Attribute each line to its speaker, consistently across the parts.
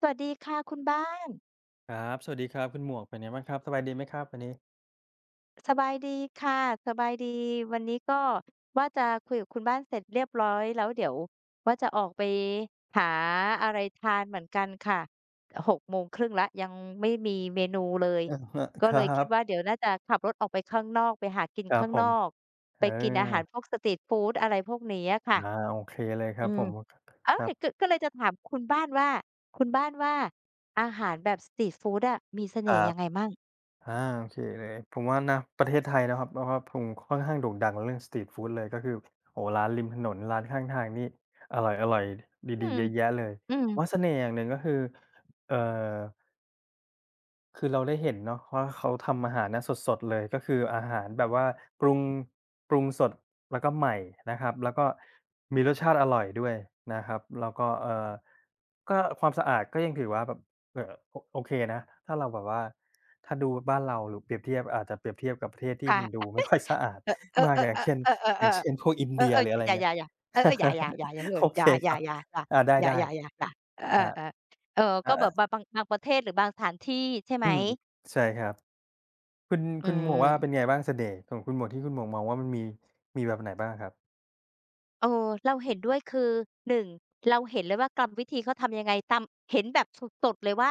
Speaker 1: สวัสดีค่ะคุณบ้าน
Speaker 2: ครับสวัสดีครับคุณหมวกเป็นไงบ้างครับสบายดีไหมครับวันนี้
Speaker 1: สบายดีค่ะสบายดีวันนี้ก็ว่าจะคุยกับคุณบ้านเสร็จเรียบร้อยแล้วเดี๋ยวว่าจะออกไปหาอะไรทานเหมือนกันค่ะหกโมงครึ่งแล้วยังไม่มีเมนูเลย
Speaker 2: อะฮะ
Speaker 1: ก็
Speaker 2: ค
Speaker 1: เล
Speaker 2: รั
Speaker 1: ยคิด
Speaker 2: บ
Speaker 1: ว่าเดี๋ยวน่าจะขับรถออกไปข้างนอกไปหากิน
Speaker 2: ครับ
Speaker 1: ข้าง
Speaker 2: ผ
Speaker 1: นอ
Speaker 2: ม
Speaker 1: ก
Speaker 2: เอ
Speaker 1: ไป
Speaker 2: อ
Speaker 1: กินอาหารพวกสตรีตฟูดอะไรพวกนี้อะค่ะ
Speaker 2: อาโอเคเลยค
Speaker 1: อื
Speaker 2: รับผ
Speaker 1: ม
Speaker 2: ม
Speaker 1: เอ้
Speaker 2: ครั
Speaker 1: ย
Speaker 2: บ
Speaker 1: ก็ก็เลยจะถามคุณบ้านว่าคุณบ้านว่าอาหารแบบสตรีตฟูดอะมีเส
Speaker 2: ค
Speaker 1: น่
Speaker 2: รั
Speaker 1: ห์ยั
Speaker 2: บ
Speaker 1: งไงมั่ง
Speaker 2: อาโอเคเลยผมว่านะประเทศไทยนะครับแล้วก็ผมค่อนข้างโด่งดังเรื่องสตรีตฟูดเลยก็คือโอ้โฮร้านริมถนนร้านข้างทางนี่อร่อยๆ
Speaker 1: อื
Speaker 2: ดีๆ
Speaker 1: ม
Speaker 2: เยอะแยะเลย
Speaker 1: อื
Speaker 2: ผ
Speaker 1: ม
Speaker 2: มว่าเสน่ห์อย่างหนึ่งก็คือเอ่อ คือเราได้เห็นเนาะว่าเขาทำอาหารนะสดๆเลยก็คืออาหารแบบว่าปรุงปรุงสดแล้วก็ใหม่นะครับแล้วก็มีรสชาติอร่อยด้วยนะครับแล้วก็ก็ความสะอาดก็ยังถือว่าแบบโอเคนะถ้าเราแบบว่าถ้าดูบ้านเราหรือเปรียบเทียบอาจจะเปรียบเทียบกับประเทศที่
Speaker 1: ค่
Speaker 2: มันดู
Speaker 1: ะ
Speaker 2: ไม่ค่อยสะอาด
Speaker 1: เออเออ
Speaker 2: มาก
Speaker 1: เออ
Speaker 2: อ
Speaker 1: เอ
Speaker 2: ย่าง
Speaker 1: อ
Speaker 2: เช่น
Speaker 1: เออ
Speaker 2: อ
Speaker 1: เออ
Speaker 2: ย่างเช่นพวกอิน
Speaker 1: เออ
Speaker 2: เดีย
Speaker 1: เออ
Speaker 2: หรืออะไร
Speaker 1: อย่าอ
Speaker 2: เงี้ย
Speaker 1: ย่าอย่าเออๆอย่าอย่าอย่าอย่าเหื ด
Speaker 2: โอ
Speaker 1: อ
Speaker 2: เค
Speaker 1: ย่าอ
Speaker 2: ค
Speaker 1: ย่า
Speaker 2: รับ
Speaker 1: อย่า
Speaker 2: อาไ
Speaker 1: อย่า
Speaker 2: ด้
Speaker 1: อย่าอย่าอย่าอ
Speaker 2: ๆครับ
Speaker 1: เออๆเออก็
Speaker 2: อา
Speaker 1: แบ
Speaker 2: อา
Speaker 1: บบางประเทศหรือบางสถานที่ใช่ไห
Speaker 2: อื
Speaker 1: ม
Speaker 2: มใช่ครับ คุณ
Speaker 1: อื
Speaker 2: คุณหมวกว่าเป็น
Speaker 1: ม
Speaker 2: ไงบ้างเสน่ห์ของคุณหมวกที่คุณหมวกมองว่ามันมีมีแบบไหนบ้างครับ
Speaker 1: เออเราเห็นด้วยคือหนึ่งเราเห็นเลยว่ากรรมวิธีเขาทำยังไงตำเห็นแบบสดๆเลยว่า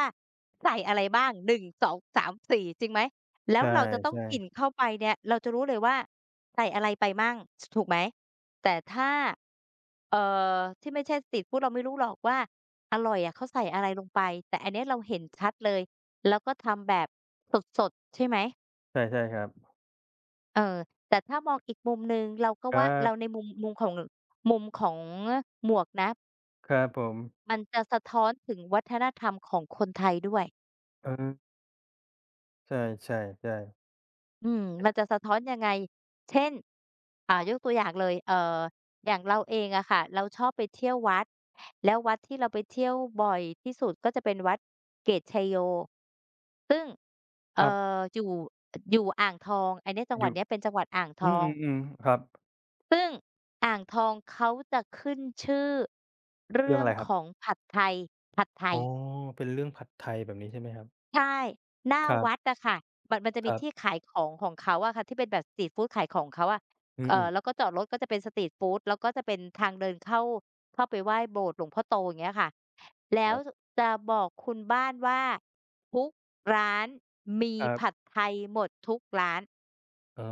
Speaker 1: ใส่อะไรบ้างหนึ่งสองสามสี่จริงไหมแล้ว
Speaker 2: ใช่
Speaker 1: เราจะต้อง
Speaker 2: ใช่
Speaker 1: กินเข้าไปเนี่ยเราจะรู้เลยว่าใส่อะไรไปมั่งสถูกไหมแต่ถ้าเอ่ที่ไม่ใช่สตรีตฟูดเราไม่รู้หรอกว่าอร่อยอะเขาใส่อะไรลงไปแต่อันเนี้ยเราเห็นชัดเลยแล้วก็ทำแบบสดๆใช่ไหม
Speaker 2: ใช่ใช่ครับ
Speaker 1: เออแต่ถ้ามองอีกมุมหนึ่งเราก็
Speaker 2: ค
Speaker 1: ว่า
Speaker 2: รั
Speaker 1: เราใน
Speaker 2: บ
Speaker 1: มุมของหมวกนะ
Speaker 2: ครับผม
Speaker 1: มันจะสะท้อนถึงวัฒนธรรมของคนไทยด้วย
Speaker 2: เออใช่ใช่ใช่
Speaker 1: อืมมันจะสะท้อนยังไงเช่นอ่ายกตัวอย่างเลยอย่างเราเองอะค่ะเราชอบไปเที่ยววัดแล้ววัดที่เราไปเที่ยวบ่อยที่สุดก็จะเป็นวัดเกตุชัยโยซึ่ง
Speaker 2: ค
Speaker 1: เอ่
Speaker 2: รับ
Speaker 1: ออยู่อยู่อ่างทองอันเนี้ยจังห
Speaker 2: อ
Speaker 1: วัด
Speaker 2: ยู่
Speaker 1: เนี้ยเป็นจังหวัดอ่างท
Speaker 2: อื
Speaker 1: อง
Speaker 2: มๆๆครับ
Speaker 1: ซึ่งอ่างทองเขาจะขึ้นชื่อ
Speaker 2: เรื่อ
Speaker 1: เรื่
Speaker 2: ง
Speaker 1: อง
Speaker 2: อะไรครั
Speaker 1: ข
Speaker 2: บ
Speaker 1: องผัดไทยผัดไท
Speaker 2: อ๋
Speaker 1: ย
Speaker 2: อเป็นเรื่องผัดไทยแบบนี้ใช่ไหมครับ
Speaker 1: ใช่หน้า
Speaker 2: ครั
Speaker 1: วัด
Speaker 2: บ
Speaker 1: อะค่ะมันจะ
Speaker 2: ค
Speaker 1: มี
Speaker 2: รับ
Speaker 1: ที่ขายของของเขาอะค่ะที่เป็นแบบสตรีตฟูดขายของเขาอะ
Speaker 2: อืม
Speaker 1: แล้วก็จอดรถก็จะเป็นสตรีตฟูดแล้วก็จะเป็นทางเดินเข้าไปไหว้โบสถ์หลวงพ่อโตอย่างเงี้ยค่ะแล้
Speaker 2: ค
Speaker 1: ว
Speaker 2: รับ
Speaker 1: จะบอกคุณบ้านว่าทุกร้านมี
Speaker 2: ครั
Speaker 1: ผัด
Speaker 2: บ
Speaker 1: ไทยหมดทุกร้าน
Speaker 2: อ๋อ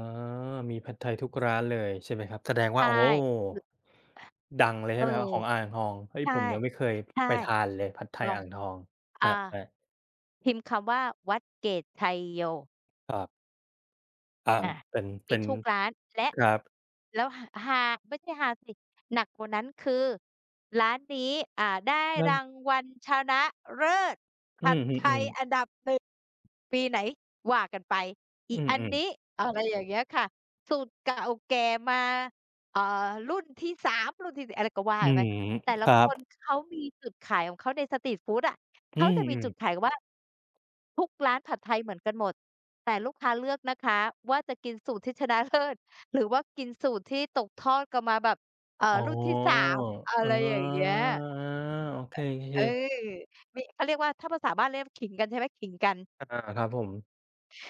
Speaker 2: มีผัดไทยทุกร้านเลยใช่ไหมครับแสดงว่า
Speaker 1: ใช่
Speaker 2: โอ้โฮดังเลย
Speaker 1: เอ
Speaker 2: ใช่
Speaker 1: อ
Speaker 2: ไหมครับของอ่างทองเฮ้ย
Speaker 1: ใช่
Speaker 2: ผมยังไม่เคย
Speaker 1: ใช่
Speaker 2: ไปทานเลยผัดไท
Speaker 1: ล
Speaker 2: ย
Speaker 1: อง
Speaker 2: อ่างทองค
Speaker 1: อา
Speaker 2: รับๆ
Speaker 1: พิมพ์คำว่าวัดเกตไชยโย
Speaker 2: ครับ อ่าง
Speaker 1: อา
Speaker 2: เป็น
Speaker 1: มี
Speaker 2: เป็น
Speaker 1: ทุกร้านและ
Speaker 2: ครับ
Speaker 1: แล้วหฮาไม่ใช่ฮาสิหนักกว่านั้นคือร้านนี้อ่าได้
Speaker 2: นั่น
Speaker 1: รางวัลชนะเลิศ
Speaker 2: อื
Speaker 1: ผัดไทย
Speaker 2: มๆๆ
Speaker 1: อันดับหนึ่งปีไหนว่ากันไปอี
Speaker 2: อื
Speaker 1: อัน
Speaker 2: ม
Speaker 1: นี้
Speaker 2: ๆ
Speaker 1: อะไรอย่างเงี้ยค่ะสูตรเก่าแก่มาเอ่อรุ่นที่3รุ่นที่สอะไรก็ว่า
Speaker 2: อื
Speaker 1: กันไป
Speaker 2: ม
Speaker 1: แต่
Speaker 2: ค
Speaker 1: ละ
Speaker 2: รั
Speaker 1: ค
Speaker 2: บ
Speaker 1: นเขามีจุดขายของเขาในสตรีตฟูดอะ
Speaker 2: อื
Speaker 1: เขาจะมี
Speaker 2: ม
Speaker 1: จุดขาย
Speaker 2: ๆ
Speaker 1: ว่าทุกร้านผัดไทยเหมือนกันหมดแต่ลูกค้าเลือกนะคะว่าจะกินสูตรที่ชนะเลิศ หรือว่ากินสูตรที่ตกทอดกันมาแบบ
Speaker 2: อ๋อ
Speaker 1: รุ่นที่3อะ
Speaker 2: เอ๋อ
Speaker 1: ไรอย่างเงี้ย
Speaker 2: อาโอเค
Speaker 1: เออ
Speaker 2: ๆ
Speaker 1: มีเขาเรียกว่าถ้าภาษาบ้านเรียกว่าขิงกันใช่ไหมขิงกัน
Speaker 2: อาครับผม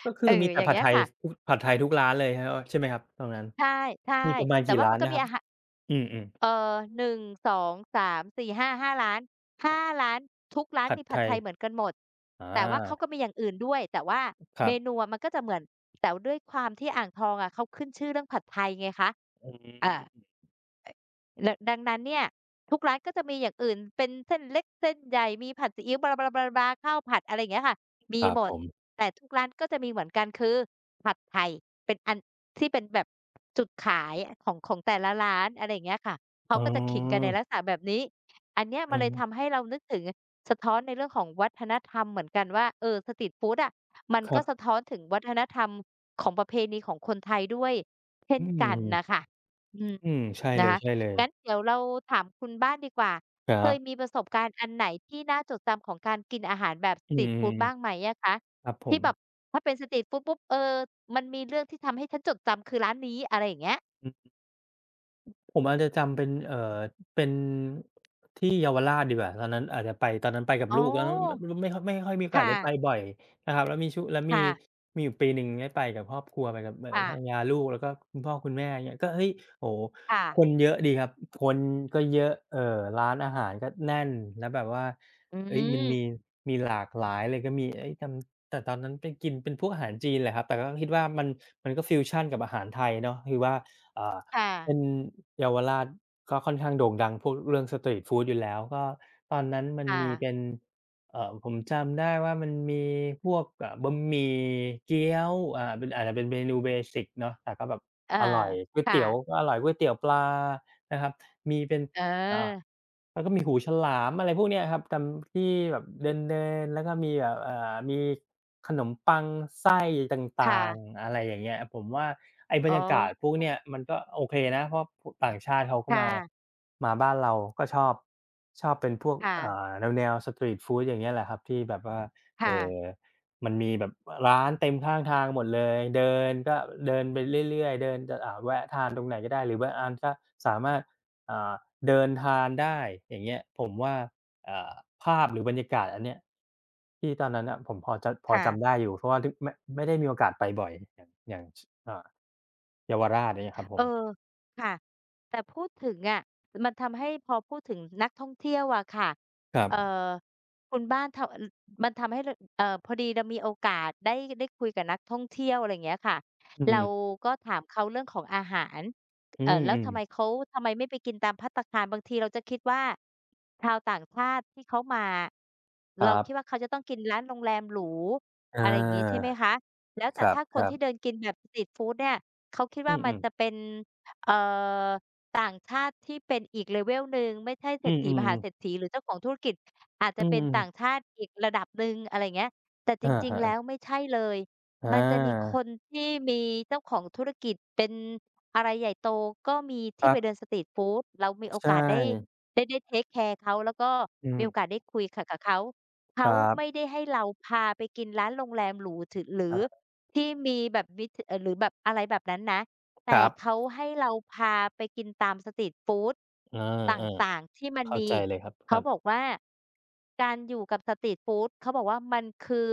Speaker 2: ก็คื
Speaker 1: เอ
Speaker 2: อ
Speaker 1: อ
Speaker 2: มีแต่
Speaker 1: อย่าง
Speaker 2: ผัด
Speaker 1: เงี้ย
Speaker 2: ไทย
Speaker 1: ค่ะ
Speaker 2: ทุกผัดไทยทุกร้านเลยครับใช่ไหมครับตรงนั้น
Speaker 1: ใช่
Speaker 2: มีประมาณ
Speaker 1: ๆแต่
Speaker 2: กี่
Speaker 1: ว่า
Speaker 2: ร้า
Speaker 1: มั
Speaker 2: น
Speaker 1: นก็
Speaker 2: นะ
Speaker 1: มี
Speaker 2: ครับ
Speaker 1: อาหาร
Speaker 2: อืม
Speaker 1: เอ่อ1 2 3 4 5 5ร้าน5ร้านทุกร้า
Speaker 2: ๆ
Speaker 1: น
Speaker 2: ผัด
Speaker 1: มีผั
Speaker 2: ไท
Speaker 1: ดไท
Speaker 2: ย
Speaker 1: ยเหมือนกันหมด
Speaker 2: อ
Speaker 1: แต่ว่าเขาก็
Speaker 2: า
Speaker 1: มีอย่างอื่นด้วยแต่ว่า
Speaker 2: ค
Speaker 1: เม
Speaker 2: รับ
Speaker 1: นูอะมันก็จะเหมือนแต่ด้วยความที่อ่างทองอะเขาขึ้นชื่อเรื่องผัดไทยไงคะ
Speaker 2: อื
Speaker 1: อา
Speaker 2: ม
Speaker 1: ดะดังนั้นเนี่ยทุกร้านก็จะมีอย่างอื่นเป็นเส้นเล็กเส้นใหญ่มีผัดซีอิ๊วบลาๆๆๆข้าวผัดอะไรอย่างเงี้ยค่ะมี
Speaker 2: ครับ
Speaker 1: หม
Speaker 2: ผ
Speaker 1: ด
Speaker 2: ม
Speaker 1: แต่ทุกร้านก็จะมีเหมือนกันคือผัดไทยเป็นอันที่เป็นแบบจุดขายของแต่ละร้านอะไรอย่างเงี้ยค่ะเขา
Speaker 2: อ๋
Speaker 1: ก็จะขิงกันใน
Speaker 2: อ
Speaker 1: ลักษณะแบบนี้อันเนี้ย
Speaker 2: อื
Speaker 1: มันเลยทำ
Speaker 2: ม
Speaker 1: ให้เรานึกถึงสะท้อนในเรื่องของวัฒนธรรมเหมือนกันว่าเออสตรีตฟูดอะมัน
Speaker 2: ครั
Speaker 1: ก็
Speaker 2: บ
Speaker 1: สะท้อนถึงวัฒนธรรมของประเพณีของคนไทยด้วยเช่น
Speaker 2: อื
Speaker 1: กันน่ะ
Speaker 2: ม
Speaker 1: ค่ะอื
Speaker 2: อื
Speaker 1: ม
Speaker 2: มใช่
Speaker 1: นะ
Speaker 2: เล
Speaker 1: คะ
Speaker 2: ย
Speaker 1: งั้น
Speaker 2: ๆ
Speaker 1: เดี๋ยวเราถามคุณบ้างดีกว่า
Speaker 2: ค
Speaker 1: เค
Speaker 2: รั
Speaker 1: ยมี
Speaker 2: บ
Speaker 1: ประสบการณ์อันไหนที่น่าจดจำของการกินอาหารแบบส
Speaker 2: อื
Speaker 1: ตรีตฟูดบ้าง
Speaker 2: ม
Speaker 1: ไหมอะคะ
Speaker 2: ครับผ
Speaker 1: ที่
Speaker 2: ม
Speaker 1: แบบถ้าเป็นสตรีตฟูดปุ๊บเออมันมีเรื่องที่ทำให้ฉันจดจำคือร้านนี้อะไรอย่างเงี้ย
Speaker 2: ผมอาจจะจำเป็นเป็นที่เยาวราชดีกว่าตอนนั้นอาจจะไปตอนนั้นไปกับ
Speaker 1: อ๋อ
Speaker 2: ลูกแล้วมไม่ค่อยมีโอกาส
Speaker 1: ค่ะ
Speaker 2: ได้ไปบ่อยนะครับแล้วมี
Speaker 1: ค่ะ
Speaker 2: มีอยู่ปีหนึ่งได้ไปกับครอบครัวไปกับ
Speaker 1: ค่ะ
Speaker 2: ภรรยาลูกแล้วก็คุณพ่อคุณแม่อย่างเงี้ยก็เฮ้ยโอ้โฮ
Speaker 1: ค่ะ
Speaker 2: คนเยอะดีครับคนก็เยอะร้านอาหารก็แน่นแล้วแบบว่า
Speaker 1: อื
Speaker 2: เฮ้ยมัน
Speaker 1: ม
Speaker 2: มีมีหลากหลายเลยก็มีเฮ้ยจำแต่ตอนนั้นไปกินเป็นพวกอาหารจีนแหละครับแต่ก็คิดว่ามันมันก็ฟิวชันกับอาหารไทยเนาะคือว่าอ่า
Speaker 1: ค่ะ
Speaker 2: เป็นเยาวราชก็ค่อนข้างโด่งดังพวกเรื่องสตรีตฟูดอยู่แล้วก็ตอนนั้นมัน
Speaker 1: ค่ะ
Speaker 2: มีเป็นผมจำได้ว่ามันมีพวกบะหมี่เกี๊ยวเป็นอาจจะเป็นเมนูเบสิกเนาะแต่ก็แบบ
Speaker 1: เออ
Speaker 2: อร่อยก๋วย
Speaker 1: ค่ะ
Speaker 2: เตี๋ยวก็อร่อยก๋วยเตี๋ยวปลานะครับมีเป็น
Speaker 1: เออ
Speaker 2: อาแล้วก็มีหูฉลามอะไรพวกเนี้ยครับจำที่แบบเดินๆแล้วก็มีแบบมีขนมปังไส้ต่าง
Speaker 1: ค่ะ
Speaker 2: ๆอะไรอย่างเงี้ยผมว่าไอ้บร
Speaker 1: อ๋อ
Speaker 2: รยากาศพวกเนี้ยมันก็โอเคนะเพราะพต่างชาติเขาก็
Speaker 1: ค
Speaker 2: มา
Speaker 1: ่ะ
Speaker 2: มาบ้านเราก็ชอบชอบเป็นพวก
Speaker 1: ค่ะ
Speaker 2: แนวๆสตรีตฟูดอย่างเงี้ยแหละครับที่แบบว่า
Speaker 1: ค่ะ
Speaker 2: เอ่อมันมีแบบอร้านเต็มข้างทางหมดเลยเดินก็เดินไปเรื่อยๆเดินจะแวะทานตรงไหนก็ได้หรือบางอันก็สามารถ อ่าเดินทานได้อย่างเงี้ยผมว่าอ่าภาพหรือบรรยากาศอันเนี้ยที่ตอนนั้นน่ะผมพอจะพอ
Speaker 1: ค่ะ
Speaker 2: จำได้อยู่เพราะว่าทึกไม่ได้มีโอกาสไปบ่อยอย่างอย่างชอ่าเยาวราชอย่างเงี้ยครับผ
Speaker 1: เออ
Speaker 2: ม
Speaker 1: ค่ะแต่พูดถึงอะมันทำให้พอพูดถึงนักท่องเที่ยวอะค่ะ
Speaker 2: ครับ
Speaker 1: เอ่อคุณบ้านทำอมันทำให้รพอดีเรามีโอกาสได้คุยกับนักท่องเที่ยวอะไรอย่างเงี้ยค่ะ
Speaker 2: อืม
Speaker 1: เราก็ถามเขาเรื่องของอาหาร
Speaker 2: อื
Speaker 1: แล้
Speaker 2: ม
Speaker 1: วทำไม
Speaker 2: ๆ
Speaker 1: เขาทำไมไม่ไปกินตามภัตตาคารบางทีเราจะคิดว่าชาวต่างชาติที่เขามา
Speaker 2: ค
Speaker 1: เรา
Speaker 2: รั
Speaker 1: คิดว่า
Speaker 2: บ
Speaker 1: เขาจะต้องกินร้านโรงแรมหรู
Speaker 2: อา
Speaker 1: อะไรอย่างงี้ใช่ไหมคะแล้ว
Speaker 2: ค
Speaker 1: แต่
Speaker 2: ร
Speaker 1: ถ้าคน
Speaker 2: ับ
Speaker 1: ที่
Speaker 2: ๆ
Speaker 1: เดินกินแบบสตรีตฟูดเนี่ย เขาคิด
Speaker 2: อื
Speaker 1: ว่ามัน
Speaker 2: ม
Speaker 1: จะ
Speaker 2: ๆ
Speaker 1: เป็นเอ่อต่างชาติที่เป็นอีก level หนึ่งไม่ใช่เศร
Speaker 2: อื
Speaker 1: ษฐีม
Speaker 2: ม
Speaker 1: หาเศรษ
Speaker 2: ๆ
Speaker 1: ฐีหรือเจ้าของธุรกิจอาจ
Speaker 2: อื
Speaker 1: จะเป็
Speaker 2: ม
Speaker 1: นต่างชาติอีกระดับหนึ่งอะไรอย่างเงี้ยแต่จ
Speaker 2: อะ
Speaker 1: ริง
Speaker 2: ฮะ
Speaker 1: ๆแล้วไม่ใช่เลย
Speaker 2: อ
Speaker 1: มันจะมีค
Speaker 2: า
Speaker 1: นที่มีเจ้าของธุรกิจเป็นอะไรใหญ่โตก็มี
Speaker 2: ค
Speaker 1: ที่
Speaker 2: รั
Speaker 1: ไป
Speaker 2: บ
Speaker 1: เดินสตรีตฟูดเรามีโอ
Speaker 2: ใช
Speaker 1: กาสได้
Speaker 2: ่
Speaker 1: ได้เทกแคร์เขาแล้วก็
Speaker 2: อื
Speaker 1: มี
Speaker 2: ม
Speaker 1: โอกาสได้คุยขะกับเขา
Speaker 2: ค
Speaker 1: เขา
Speaker 2: รั
Speaker 1: ไม่
Speaker 2: บ
Speaker 1: ได้ให้เราพาไปกินร้านโรงแรมหรูถึหรือ
Speaker 2: อา
Speaker 1: ที่มีแบบวิถหรือแบบอะไรแบบนั้นนะ
Speaker 2: ค
Speaker 1: แต่
Speaker 2: รับ
Speaker 1: เขาให้เราพาไปกินตามสตรีตฟูด
Speaker 2: เอา
Speaker 1: ต่างๆที่มั
Speaker 2: ๆ
Speaker 1: น
Speaker 2: เข้า
Speaker 1: มี
Speaker 2: ใจเลยครับค
Speaker 1: เขา
Speaker 2: รั
Speaker 1: บอก
Speaker 2: บ
Speaker 1: ว่าการอยู่กับสตรีตฟูดเขาบอกว่ามันคือ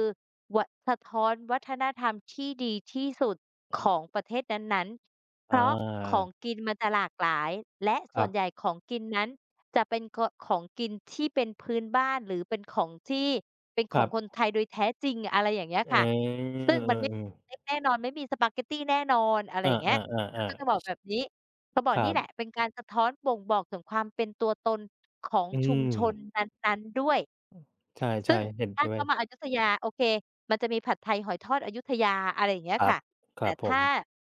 Speaker 1: วะสะท้อนวัฒนธรรมที่ดีที่สุดของประเทศนั้นๆ
Speaker 2: อ
Speaker 1: เพราะขอ
Speaker 2: า
Speaker 1: งกินมันจะหลากหลายและ
Speaker 2: ค
Speaker 1: ส่ว
Speaker 2: รั
Speaker 1: นใหญ่
Speaker 2: บ
Speaker 1: ของกินนั้นจะเป็นกของกินที่เป็นพื้นบ้านหรือเป็นของที่เป็นข
Speaker 2: ค
Speaker 1: อ
Speaker 2: รั
Speaker 1: ง
Speaker 2: บ
Speaker 1: คนไทยโดยแท้จริงอะไรอย่างเงี้ย
Speaker 2: อา
Speaker 1: ค่ะซึ่งมันไม่ เต็กแน่นอนไม่มีสปาเกตตีแน่นอนอะไร
Speaker 2: เออ
Speaker 1: อย่าง
Speaker 2: ๆ
Speaker 1: เงี้ย
Speaker 2: อา
Speaker 1: เขาก็จะบอก
Speaker 2: ๆๆ
Speaker 1: แบบนี้ เขาบอ
Speaker 2: ๆ
Speaker 1: ก
Speaker 2: ครั
Speaker 1: นี่
Speaker 2: บ
Speaker 1: แหละเป็นการสะท้อนบ่งบอกถึงความเป็นตัวตนของ
Speaker 2: อื
Speaker 1: ชุม
Speaker 2: ม
Speaker 1: ชนนั้นๆด้วย
Speaker 2: ใช่
Speaker 1: ซึ่ง
Speaker 2: ๆเห็น
Speaker 1: ถ้า
Speaker 2: ด้วย
Speaker 1: เขามาอยุธยาโอเคมันจะมีผัดไทยหอยทอดอยุธยาอะไรอย่างเงี้ย
Speaker 2: ครับ
Speaker 1: ค่ะ
Speaker 2: ค
Speaker 1: แต่
Speaker 2: รับผ
Speaker 1: ถ้า
Speaker 2: ม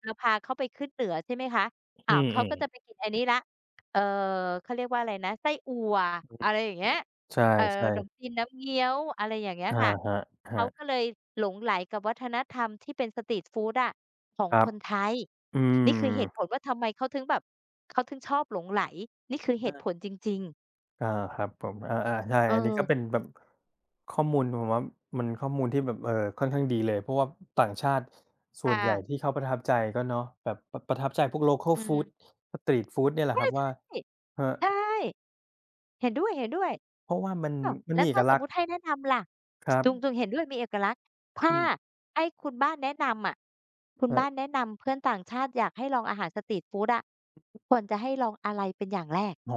Speaker 1: เราพาเขาไปขึ้นเหนือใช่ไหมคะอ้า
Speaker 2: อื
Speaker 1: วเขา
Speaker 2: ม
Speaker 1: ก็จะไป
Speaker 2: ๆ
Speaker 1: กินไอ้นี้แล้วเอ่อเขาเรียกว่าอะไรนะไส้อั่ว
Speaker 2: อืม
Speaker 1: อะไรอย่างเงี้ย
Speaker 2: ใช
Speaker 1: เอ่อ
Speaker 2: ่
Speaker 1: ขน
Speaker 2: ๆ
Speaker 1: มจีนน้ำเงี้ยวอะไรอย่างเงี้ย
Speaker 2: อะ
Speaker 1: ค่ะ
Speaker 2: ฮะครั
Speaker 1: เขาก็
Speaker 2: บ
Speaker 1: เลยหลงใหลกับวัฒนธรรมที่เป็นสตรีตฟูดอะของ
Speaker 2: ครั
Speaker 1: ค
Speaker 2: บ
Speaker 1: นไทย
Speaker 2: อื
Speaker 1: นี่คือ
Speaker 2: ม
Speaker 1: เหตุผลว่าทำไมเขาถึงแบบเขาถึงชอบหลงใหลนี่คือเหตุ
Speaker 2: เอา
Speaker 1: ผลจริงๆ
Speaker 2: อาครับผมอาๆใช่
Speaker 1: เอ
Speaker 2: อันนี้ก็
Speaker 1: อ
Speaker 2: เป็นแบบข้อมูลผมว่ามันข้อมูลที่แบบค่อนข้างดีเลยเพราะว่าต่างชาติส่วนใหญ่
Speaker 1: ค่ะ
Speaker 2: ที่เขาประทับใจก็เนาะแบบประประทับใจพวก local
Speaker 1: อื
Speaker 2: food
Speaker 1: ม
Speaker 2: street food เนี่ยแหละค
Speaker 1: ใช่
Speaker 2: รับว่า
Speaker 1: ๆ
Speaker 2: ครับ
Speaker 1: ใช่เห็นด้วยเห็นด้วย
Speaker 2: เพราะว่ามัน
Speaker 1: อ้าว
Speaker 2: มัน
Speaker 1: แล้
Speaker 2: มี
Speaker 1: ว
Speaker 2: เอ
Speaker 1: ถ้า
Speaker 2: ก
Speaker 1: สม
Speaker 2: ลักษ
Speaker 1: มุ
Speaker 2: ณ์
Speaker 1: ติให้แนะนำล่ะ
Speaker 2: ครั
Speaker 1: จุงจุง
Speaker 2: บ
Speaker 1: เห็นด้วยมีเอกลักษณ์
Speaker 2: อื
Speaker 1: ถ้า
Speaker 2: ม
Speaker 1: ให้คุณบ้านแนะนำอะคุณ
Speaker 2: เออ
Speaker 1: บ้านแนะนำเพื่อนต่างชาติอยากให้ลองอาหารสตรีตฟูดอะควรจะให้ลองอะไรเป็นอย่างแรก
Speaker 2: อ๋อ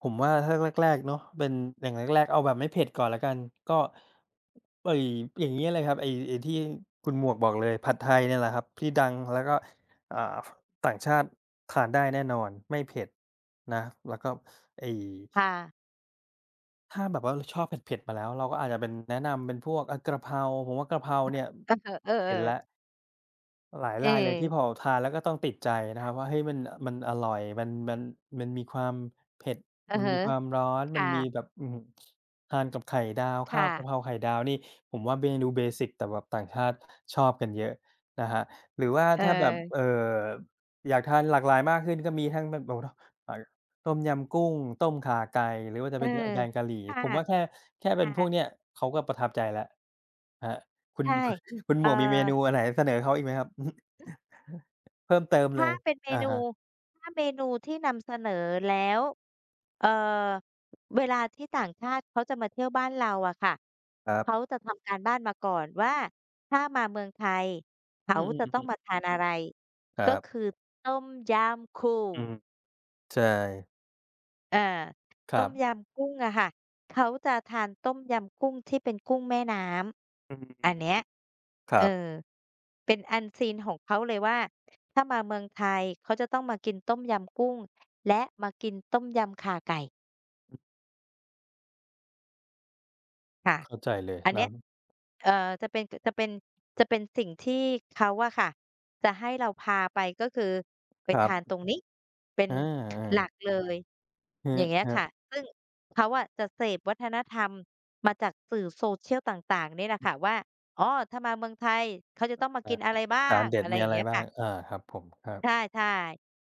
Speaker 2: ผมว่าถ้าแรกๆเนาะเป็นอย่างแรกๆเอาแบบไม่เผ็ดก่อนแล้วกันก็ไอ้อย่างเงี้ยเลยครับไอ้ที่คุณหมวกบอกเลยผัดไทยเนี่ยแหละครับที่ดังแล้วก็อ่าต่างชาติทานได้แน่นอนไม่เผ็ดนะแล้วก็ไอ้
Speaker 1: ค่ะ
Speaker 2: ถ้าแบบว่าชอบเผ็ดๆมาแล้วเราก็อาจจะเป็นแนะนำเป็นพวกอะกะเพราผมว่ากะเพราเนี่ย
Speaker 1: อะฮะเออ
Speaker 2: เห็นแล้ว
Speaker 1: ๆ
Speaker 2: หลาย
Speaker 1: เอ
Speaker 2: รายเลยที่พอทานแล้วก็ต้องติดใจนะครับว่าเฮ้ยมันอร่อยมันมีความเผ็ด
Speaker 1: อะ
Speaker 2: มันมี
Speaker 1: ฮะ
Speaker 2: ความร้อนมัน
Speaker 1: ค่ะ
Speaker 2: มีแบบอื้อฮือทานกับไข่ดาวข้าวกะเพ
Speaker 1: ค่ะ
Speaker 2: ราไข่ดาวนี่ผมว่าเมนูเบสิกแต่แบบต่างชาติชอบกันเยอะนะครับหรือว่า
Speaker 1: เอ
Speaker 2: ถ้าแบบ
Speaker 1: อ
Speaker 2: อยากทานหลากหลายมากขึ้นก็มีทั้งแบบ โอ้โฮอ่าต้มยำกุ้งต้มข่าไก่หรือว่าจะ
Speaker 1: เออ
Speaker 2: เป็นกแกงกะหรี่ผมว่า
Speaker 1: ค่ะ
Speaker 2: แค่แค่เป็นพวกเนี้
Speaker 1: อา
Speaker 2: ยเขาก็ประทับใจแล้วครับคุณ
Speaker 1: ใช่
Speaker 2: คุณ คุณห
Speaker 1: เอ่
Speaker 2: มวกมีเมนู
Speaker 1: อ
Speaker 2: อะไรเสนอเขาอีกไหมครับ เพิ่มเติมเล
Speaker 1: ถ้า
Speaker 2: ย
Speaker 1: เป็นเม
Speaker 2: อะ
Speaker 1: นู
Speaker 2: ฮะ
Speaker 1: ถ้าเมนูที่นำเสนอแล้วเอ่อเวลาที่ต่างชาติเขาจะมาเที่ยวบ้านเราอะค่ะ
Speaker 2: ครั
Speaker 1: เขา
Speaker 2: บ
Speaker 1: จะทำการบ้านมาก่อนว่าถ้ามาเมืองไทย
Speaker 2: อื
Speaker 1: เขา
Speaker 2: ม
Speaker 1: จะต้อง
Speaker 2: ๆ
Speaker 1: มา
Speaker 2: ๆๆ
Speaker 1: ทานอะไร
Speaker 2: ค
Speaker 1: ก็
Speaker 2: รับ
Speaker 1: คือต้มยำกุ้ง
Speaker 2: อืมใช่
Speaker 1: อา
Speaker 2: ค
Speaker 1: ต้
Speaker 2: รั
Speaker 1: ม
Speaker 2: บ
Speaker 1: ยำกุ้งอะค่ะเขาจะทานต้มยำกุ้งที่เป็นกุ้งแม่น้
Speaker 2: อื
Speaker 1: ำอั
Speaker 2: ม
Speaker 1: นเนี้ย
Speaker 2: ค
Speaker 1: เออ
Speaker 2: รับ
Speaker 1: เป็นอั s ซ e นของเขาเลยว่าถ้ามาเมืองไทยเขาจะต้องมากินต้มยำกุ้งและมากินต้มยำข่าไก่ค่ะ
Speaker 2: เข้าใจเลย
Speaker 1: อัน
Speaker 2: นะ
Speaker 1: เนี้ยเอ่อจะเป็นจะเป็นสิ่งที่เขาอะค่ะ จะให้เราพาไปก็คือไป
Speaker 2: ครั
Speaker 1: ทานตร
Speaker 2: บ
Speaker 1: งนี้เป็น
Speaker 2: อา
Speaker 1: หลัก
Speaker 2: ๆ
Speaker 1: เลย
Speaker 2: คร
Speaker 1: อย่างเงี้ยค่ะ
Speaker 2: ั
Speaker 1: ซึ่งเขาอะจะเสพวัฒนธรรมมาจากสื่อ social ต่างๆนี่แหละค่ะว่าอ๋อถ้ามาเมืองไทยเขาจะต้องมากิน
Speaker 2: บ
Speaker 1: อะไรบ้า
Speaker 2: ๆอาจา
Speaker 1: ง
Speaker 2: นเด็ด
Speaker 1: อะไร
Speaker 2: มี
Speaker 1: อย่าง
Speaker 2: อะไร
Speaker 1: เงี้ย
Speaker 2: บ้า
Speaker 1: ค่ะ
Speaker 2: งอาครับผมครั
Speaker 1: ใช่
Speaker 2: บ
Speaker 1: ใช่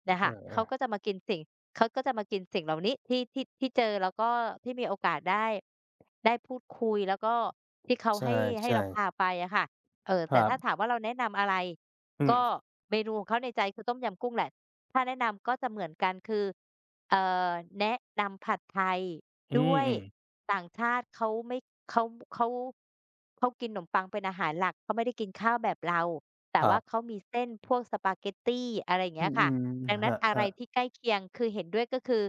Speaker 1: เนี่ยค่ะ
Speaker 2: เอ
Speaker 1: เขาก็
Speaker 2: อ
Speaker 1: จะมากินสิ่งเขาก็จะมากินสิ่งเหล่านี้ที่ที่ที่เจอแล้วก็ที่มีโอกาสได้พูดคุยแล้วก็ที่เขา
Speaker 2: ๆใ
Speaker 1: ให้
Speaker 2: ช่
Speaker 1: เราพา
Speaker 2: ๆ
Speaker 1: ไปอะค่ะ
Speaker 2: ค
Speaker 1: แต่
Speaker 2: รับ
Speaker 1: ถ้าถามว่าเราแนะนำอะไร
Speaker 2: อืม
Speaker 1: ก็เมนูของเขาในใจคือต้มยำกุ้งแหละถ้าแนะนำก็จะเหมือนกันคือเอ่อแนะนำผัดไทย
Speaker 2: อื
Speaker 1: ด้วย
Speaker 2: มๆ
Speaker 1: ต่างชาติเขาไม่เขาเขาเขากินขนมปังเป็นอาหารหลักเขาไม่ได้กินข้าวแบบเรา แต่
Speaker 2: ครั
Speaker 1: ว่าเขา
Speaker 2: บ
Speaker 1: มีเส้นพวกสปาเกตตีอะไรอย่าง
Speaker 2: อื
Speaker 1: เงี้ยค่ะ
Speaker 2: ม
Speaker 1: ดัง
Speaker 2: ๆค
Speaker 1: นั้น
Speaker 2: รั
Speaker 1: อะไร
Speaker 2: บ
Speaker 1: ที่ใกล้เคียงคือเห็นด้วยก็คือ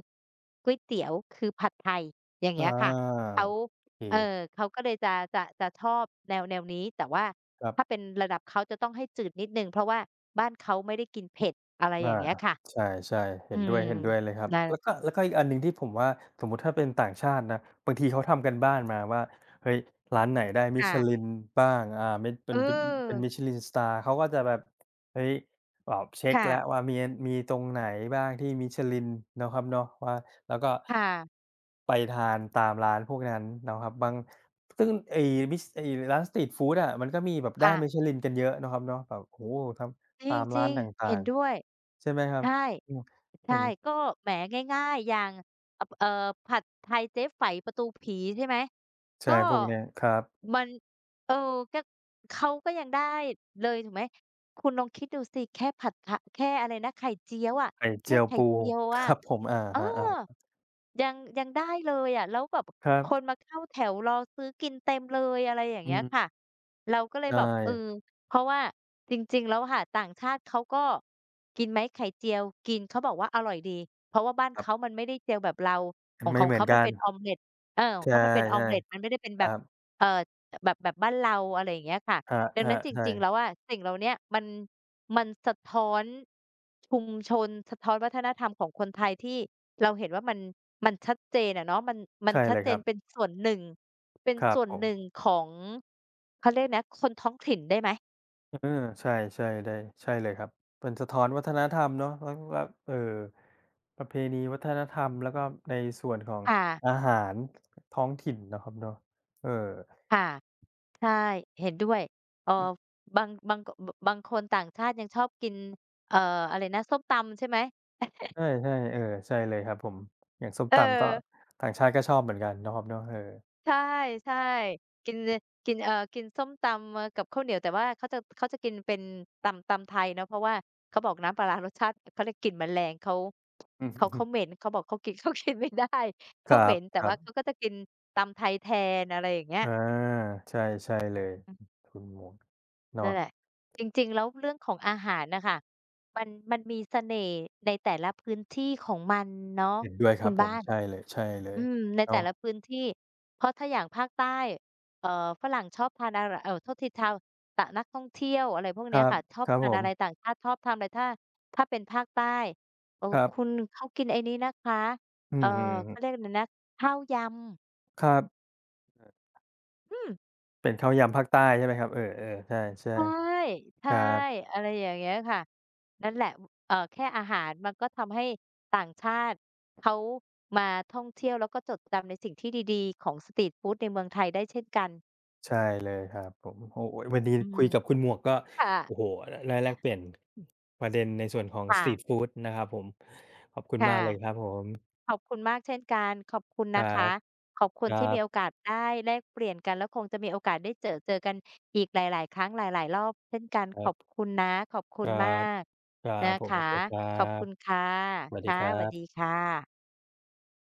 Speaker 1: ก๋วยเตี๋ยวคือผัดไทยอย่าง
Speaker 2: ๆอา
Speaker 1: เงี้ยค่ะ เขา
Speaker 2: โอเค
Speaker 1: เขาก็เลยจะชอบแนวนี้แต่ว่า
Speaker 2: ครับ
Speaker 1: ถ้าเป็นระดับเขาจะต้องให้จืดนิดหนึ่งเพราะว่าบ้านเขาไม่ได้กินเผ็ดอะไรอ
Speaker 2: อา
Speaker 1: ย่างเงี้ยค่ะ
Speaker 2: ใช่ๆเห็
Speaker 1: อื
Speaker 2: นด้วย
Speaker 1: ม
Speaker 2: เห็นด้วยเลยครับ
Speaker 1: นั่
Speaker 2: แล้วก็
Speaker 1: น
Speaker 2: แล้วก็อีกอันหนึ่งที่ผมว่าสมมุติถ้าเป็นต่างชาตินะบางทีเขาทำกันบ้านมาว่าเฮ้ยร้านไหนได้
Speaker 1: ค่ะ
Speaker 2: Michelin บ้างอ่าเมดเป็
Speaker 1: เออ
Speaker 2: นเป็นเป็น Michelin Star เขาก็จะแบบเฮ้ยแบบเช็ก
Speaker 1: ค่ะ
Speaker 2: แล้วว่ามีอันมีตรงไหนบ้างที่ Michelin เนาะครับเนาะว่าแล้วก็
Speaker 1: ค่ะ
Speaker 2: ไปทานตามร้านพวกนั้นเนาะครับบางซึ่งไอ้ร้านสตรีตฟูดอะมันก็มีแบบได้
Speaker 1: ค่ะ
Speaker 2: Michelin กันเยอะเนาะครับเนาะแบบโอ้โฮท
Speaker 1: จ
Speaker 2: ำ ตามร้า
Speaker 1: ริ
Speaker 2: น
Speaker 1: ง
Speaker 2: ต
Speaker 1: ๆเห็
Speaker 2: ่า
Speaker 1: น
Speaker 2: ง
Speaker 1: ด้วย
Speaker 2: ๆใช่ไหมครับ
Speaker 1: ใช่
Speaker 2: อืมเห็
Speaker 1: ใช่
Speaker 2: น
Speaker 1: ก็แหมง่ายๆอย่างอผัดไทยเจ๊ไฝประตูผีใช่ไหม
Speaker 2: ใช่
Speaker 1: ก็
Speaker 2: พวกเนี้ยครับ
Speaker 1: มันเออก็เขาก็ยังได้เลยถูกไหม คุณลองคิดดูสิแค่ผัดทแค่อะไรนะไข่เจียวอะ
Speaker 2: ไข่
Speaker 1: แค่
Speaker 2: เจียว
Speaker 1: ไข่
Speaker 2: ปู
Speaker 1: เจียว
Speaker 2: ค
Speaker 1: อะ
Speaker 2: รับผมอา
Speaker 1: เออ
Speaker 2: ครับ
Speaker 1: ยังได้เลยอะแล้วแบบ
Speaker 2: ๆครั
Speaker 1: ค
Speaker 2: บ
Speaker 1: นมาเข้าแถวรอซื้อกินเต็มเลยอะไรอย่าง
Speaker 2: อื
Speaker 1: เงี้ย
Speaker 2: ม
Speaker 1: ค่ะเราก็เลย
Speaker 2: ใช่
Speaker 1: แบบเออเพราะว่าจริงๆแล้วค่ะต่างชาติเขาก็กินไหมไข่เจียวกินเขาบอกว่าอร่อยดีเพราะว่าบ้าน
Speaker 2: ครั
Speaker 1: เขา
Speaker 2: บ
Speaker 1: มันไม่ได้เจียวแบบเราของข
Speaker 2: ไม่
Speaker 1: อง
Speaker 2: เหมือ
Speaker 1: เขา
Speaker 2: น
Speaker 1: มัน
Speaker 2: กัน
Speaker 1: เป็นออมเลตเออขอ
Speaker 2: ใช
Speaker 1: งเขามันเป็นออม
Speaker 2: ่
Speaker 1: เลตมันไม่ได้เป็น
Speaker 2: ๆค
Speaker 1: แบ
Speaker 2: รั
Speaker 1: บ
Speaker 2: บ
Speaker 1: เอ่อแบบบ้านเราอะไรอย่างเงี้ยค่ะ
Speaker 2: ครับ
Speaker 1: ดังนั้นจ
Speaker 2: ๆใช่
Speaker 1: ริงๆแล้วอะสิ่งเหล่าเนี้ยมันสะท้อนชุมชนสะท้อนวัฒนธรรมของคนไทยที่ เราเห็นว่ามันชัดเจนอะเนาะมัน
Speaker 2: ใช่
Speaker 1: ชัด
Speaker 2: เลย
Speaker 1: เจ
Speaker 2: ค
Speaker 1: น
Speaker 2: รั
Speaker 1: เป็น
Speaker 2: บ
Speaker 1: ส่วนหนึ่งเป็น
Speaker 2: ครับ
Speaker 1: ส่วน
Speaker 2: ผม
Speaker 1: หนึ่งของเขาเรียกนะคนท้องถิ่นได้ไหม
Speaker 2: เออใช่ใช่ได้ใช่เลยครับมันสะท้อนวัฒนธรรมเนาะแล้วก็เอ่อประเพณีวัฒนธรรมแล้วก็ในส่วนของ
Speaker 1: ค่ะ
Speaker 2: อาหารท้องถิ่นเนาะครับเนาะเออ
Speaker 1: ค่ะใช่เห็นด้วยเอ่อบางบางกบบางคนต่างชาติยังชอบกินเอ่ออะไรนะส้มตำใช่ไหม
Speaker 2: ใช่ๆเออใช่เลยครับผมอย่างส้ม
Speaker 1: เอ
Speaker 2: ตำก็
Speaker 1: อ
Speaker 2: ต่างชาติก็ชอบเหมือนกันเนาะครับเนาะเออ
Speaker 1: ใช่ใช่กินกินกินส้มตำกับข้าวเหนียวแต่ว่าเขาจะกินเป็นตำไทยเนาะเพราะว่าเขาบอกน้ำปลาร้ารสชาติเขาเรียกกลิ่นมันแรงเขาเหม็นเขาบอกเขากิน เขากินไม่ได้
Speaker 2: ค
Speaker 1: เขา
Speaker 2: รั
Speaker 1: เหม็
Speaker 2: บ
Speaker 1: น แต่
Speaker 2: ครั
Speaker 1: ว่า
Speaker 2: บ
Speaker 1: เขาก็จะกินตำไทยแทนอะไรอย่างเงี้ย
Speaker 2: อาใช่ใช่เลย
Speaker 1: อืม
Speaker 2: คุณหมวก
Speaker 1: นั่
Speaker 2: เนาะ
Speaker 1: นแหละจริงๆแล้วเรื่องของอาหารน่ะค่ะมันมีเสน่ห์ในแต่ละพื้นที่ของมันเนาะ
Speaker 2: เห็นด้วยค
Speaker 1: คุ
Speaker 2: รั
Speaker 1: ณ
Speaker 2: บผม
Speaker 1: บ้าน
Speaker 2: ใช่เลยใช่เลย
Speaker 1: อืมในแต่
Speaker 2: เนาะ
Speaker 1: ละพื้นที่ เพราะถ้าอย่างภาคใต้เอ่อฝรั่งชอบทานอะไรโทษทีชาวตนักท่องเที่ยวอะไรพวก
Speaker 2: ค
Speaker 1: เนี้ย
Speaker 2: รับ
Speaker 1: ค่ะชอ
Speaker 2: ค
Speaker 1: บ
Speaker 2: รับ
Speaker 1: ทา
Speaker 2: ผ
Speaker 1: น
Speaker 2: ม
Speaker 1: อะไรต่างชาติชอบทานอะไรถ้าเป็นภาคใต้เออ
Speaker 2: ครั
Speaker 1: คุณ
Speaker 2: บ
Speaker 1: เขากินไอ้นี้นะคะ
Speaker 2: อื
Speaker 1: เอ่อ
Speaker 2: ม
Speaker 1: เขาเรียก
Speaker 2: ๆ
Speaker 1: อะไรนะข้าวยำ
Speaker 2: ครับ
Speaker 1: อืม
Speaker 2: เป็นข้าวยำภาคใต้ใช่ไหมครับเออๆใช่
Speaker 1: ใช่
Speaker 2: ๆค
Speaker 1: ใช่
Speaker 2: รับ
Speaker 1: อะไรอย่างเงี้ยค่ะ นั่นแหละวเอ่อแค่อาหารมันก็ทำให้ต่างชาติเขามาท่องเที่ยวแล้วก็จดจำในสิ่งที่ดีๆของสตรีตฟูดในเมืองไทยได้เช่นกัน
Speaker 2: ใช่เลยครับผมโอ้โฮวันนี้
Speaker 1: อืม
Speaker 2: คุยกับคุณหมวกก็
Speaker 1: ค่ะ
Speaker 2: โอ้โฮได้แลกเปลี่ยนประเด็นในส่วนของส
Speaker 1: ค่ะ
Speaker 2: ตรีตฟูดนะครับผมขอบคุณมา
Speaker 1: ค่ะ
Speaker 2: กเลยครับผม
Speaker 1: ขอบคุณมากเช่นกันขอบคุณ
Speaker 2: ค
Speaker 1: นะ
Speaker 2: รับ
Speaker 1: คะขอบคุ
Speaker 2: ค
Speaker 1: ณที่
Speaker 2: รับ
Speaker 1: มีโอกาสได้แลกเปลี่ยนกันแล้วคงจะมีโอกาสได้เจอกันอีกหลายๆครั้งหลายๆรอบเช่นกัน
Speaker 2: ค
Speaker 1: ข
Speaker 2: รั
Speaker 1: อบ
Speaker 2: บ
Speaker 1: คุณนะขอบ
Speaker 2: ค
Speaker 1: คุณ
Speaker 2: รั
Speaker 1: มา
Speaker 2: บ
Speaker 1: ก
Speaker 2: ครับ
Speaker 1: นะ
Speaker 2: ผม
Speaker 1: คะ
Speaker 2: โอเคครั
Speaker 1: ขอบ
Speaker 2: บ
Speaker 1: คุณค่ะ
Speaker 2: สวัสดี
Speaker 1: ค่ะ
Speaker 2: ครั
Speaker 1: สวัสดี
Speaker 2: บ
Speaker 1: ค่ะ